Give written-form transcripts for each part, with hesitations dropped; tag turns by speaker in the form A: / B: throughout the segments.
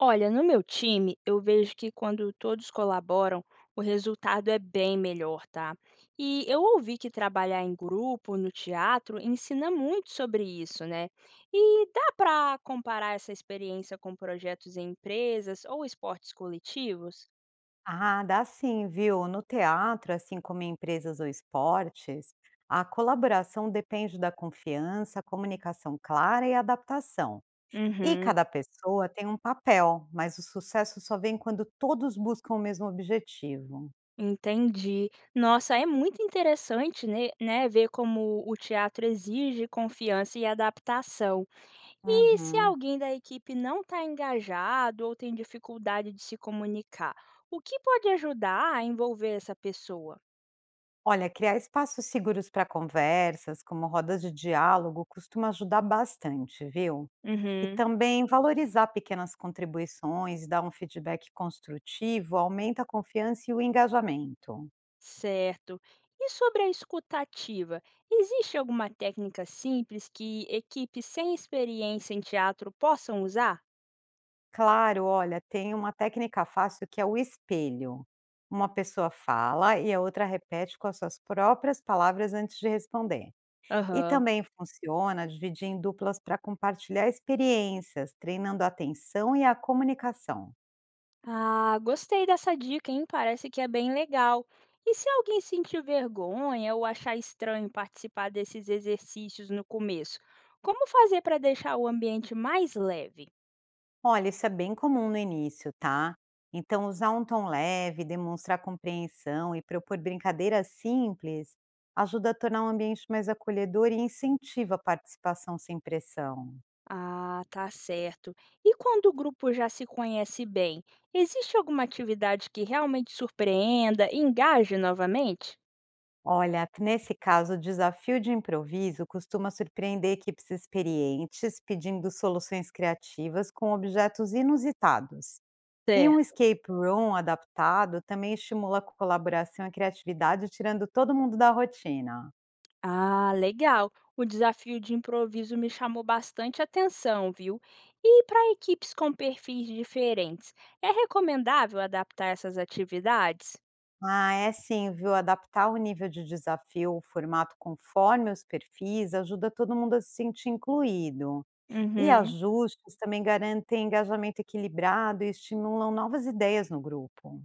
A: Olha, no meu time, eu vejo que quando todos colaboram, o resultado é bem melhor, tá? E eu ouvi que trabalhar em grupo, no teatro, ensina muito sobre isso, né? E dá para comparar essa experiência com projetos em empresas ou esportes coletivos?
B: Ah, dá sim, viu? No teatro, assim como em empresas ou esportes, a colaboração depende da confiança, comunicação clara e adaptação. E
A: Uhum.
B: cada pessoa tem um papel, mas o sucesso só vem quando todos buscam o mesmo objetivo.
A: Entendi. Nossa, é muito interessante, né, ver como o teatro exige confiança e adaptação. E se
B: Uhum.
A: alguém da equipe não está engajado ou tem dificuldade de se comunicar, o que pode ajudar a envolver essa pessoa?
B: Olha, criar espaços seguros para conversas, como rodas de diálogo, costuma ajudar bastante, viu? E
A: Uhum,
B: também valorizar pequenas contribuições, dar um feedback construtivo, aumenta a confiança e o engajamento.
A: certo. E sobre a escutativa, existe alguma técnica simples que equipes sem experiência em teatro possam usar?
B: Claro, olha, tem uma técnica fácil que é o espelho. Uma pessoa fala e a outra repete com as suas próprias palavras antes de responder. E
A: Aham.
B: também funciona dividir em duplas para compartilhar experiências, treinando a atenção e a comunicação.
A: Ah, gostei dessa dica, hein? Parece que é bem legal. E se alguém sentir vergonha ou achar estranho participar desses exercícios no começo, como fazer para deixar o ambiente mais leve?
B: Olha, isso é bem comum no início, tá? Então, usar um tom leve, demonstrar compreensão e propor brincadeiras simples ajuda a tornar o ambiente mais acolhedor e incentiva a participação sem pressão.
A: Ah, tá certo. E quando o grupo já se conhece bem, existe alguma atividade que realmente surpreenda e engaje novamente?
B: Olha, nesse caso, o desafio de improviso costuma surpreender equipes experientes pedindo soluções criativas com objetos inusitados. E um
A: Certo.
B: escape room adaptado também estimula a colaboração e a criatividade, tirando todo mundo da rotina.
A: Ah, legal. O desafio de improviso me chamou bastante atenção, viu? E para equipes com perfis diferentes, é recomendável adaptar essas atividades?
B: Ah, é sim, viu? Adaptar o nível de desafio, o formato conforme os perfis, ajuda todo mundo a se sentir incluído. E
A: Uhum.
B: ajustes também garantem engajamento equilibrado e estimulam novas ideias no grupo.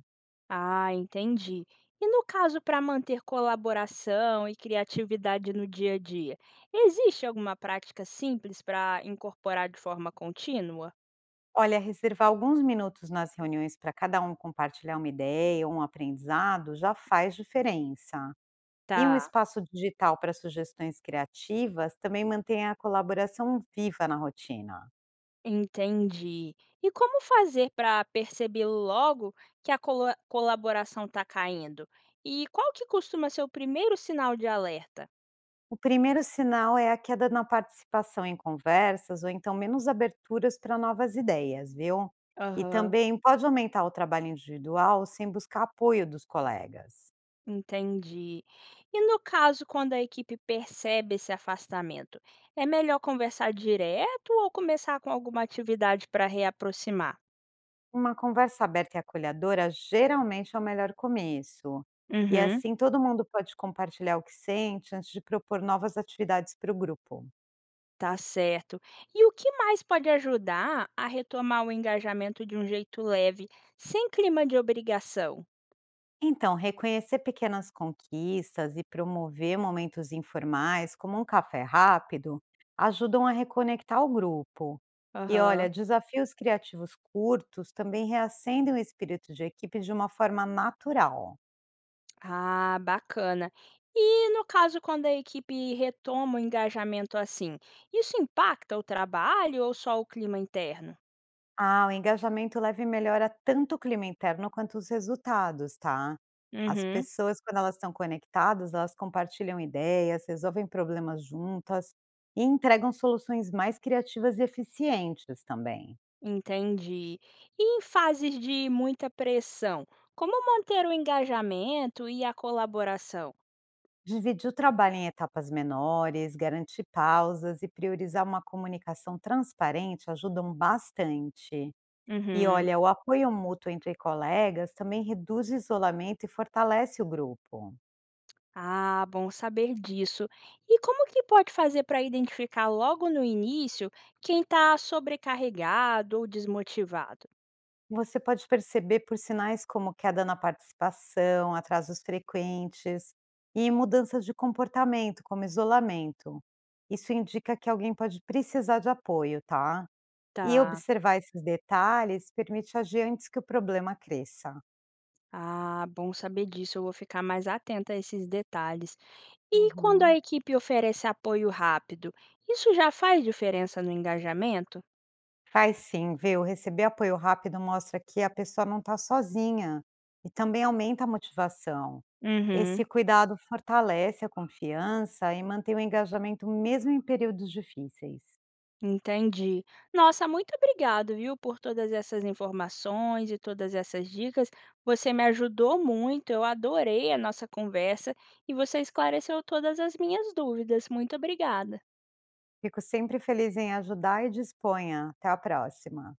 A: Ah, entendi. E no caso para manter colaboração e criatividade no dia a dia, existe alguma prática simples para incorporar de forma contínua?
B: Olha, reservar alguns minutos nas reuniões para cada um compartilhar uma ideia ou um aprendizado já faz diferença. E um
A: Tá.
B: espaço digital para sugestões criativas também mantém a colaboração viva na rotina.
A: Entendi. E como fazer para perceber logo que a colaboração está caindo? E qual que costuma ser o primeiro sinal de alerta?
B: O primeiro sinal é a queda na participação em conversas ou então menos aberturas para novas ideias, viu? E
A: Aham,
B: também pode aumentar o trabalho individual sem buscar apoio dos colegas.
A: entendi. E no caso, quando a equipe percebe esse afastamento, é melhor conversar direto ou começar com alguma atividade para reaproximar?
B: Uma conversa aberta e acolhedora geralmente é o melhor começo. E
A: Uhum,
B: assim todo mundo pode compartilhar o que sente antes de propor novas atividades para o grupo.
A: tá certo. E o que mais pode ajudar a retomar o engajamento de um jeito leve, sem clima de obrigação?
B: Então, reconhecer pequenas conquistas e promover momentos informais, como um café rápido, ajudam a reconectar o grupo. E olha,
A: Aham.
B: desafios criativos curtos também reacendem o espírito de equipe de uma forma natural.
A: Ah, bacana. E no caso, quando a equipe retoma o engajamento assim, isso impacta o trabalho ou só o clima interno?
B: Ah, o engajamento leve melhora tanto o clima interno quanto os resultados, tá? As
A: Uhum,
B: pessoas, quando elas estão conectadas, elas compartilham ideias, resolvem problemas juntas e entregam soluções mais criativas e eficientes também.
A: entendi. E em fases de muita pressão, como manter o engajamento e a colaboração?
B: Dividir o trabalho em etapas menores, garantir pausas e priorizar uma comunicação transparente ajudam bastante. E
A: Uhum.
B: olha, o apoio mútuo entre colegas também reduz o isolamento e fortalece o grupo.
A: Ah, bom saber disso. E como que pode fazer para identificar logo no início quem está sobrecarregado ou desmotivado?
B: Você pode perceber por sinais como queda na participação, atrasos frequentes e mudanças de comportamento, como isolamento. Isso indica que alguém pode precisar de apoio, tá? E
A: Tá.
B: observar esses detalhes permite agir antes que o problema cresça.
A: Ah, bom saber disso. Eu vou ficar mais atenta a esses detalhes. E quando a
B: Uhum.
A: equipe oferece apoio rápido, isso já faz diferença no engajamento?
B: Faz sim, viu? Receber apoio rápido mostra que a pessoa não está sozinha e também aumenta a motivação.
A: Uhum,
B: Esse cuidado fortalece a confiança e mantém o engajamento mesmo em períodos difíceis.
A: entendi. Nossa, muito obrigado, viu, por todas essas informações e todas essas dicas. Você me ajudou muito, eu adorei a nossa conversa e você esclareceu todas as minhas dúvidas. Muito obrigada.
B: Fico sempre feliz em ajudar e disponha. Até a próxima.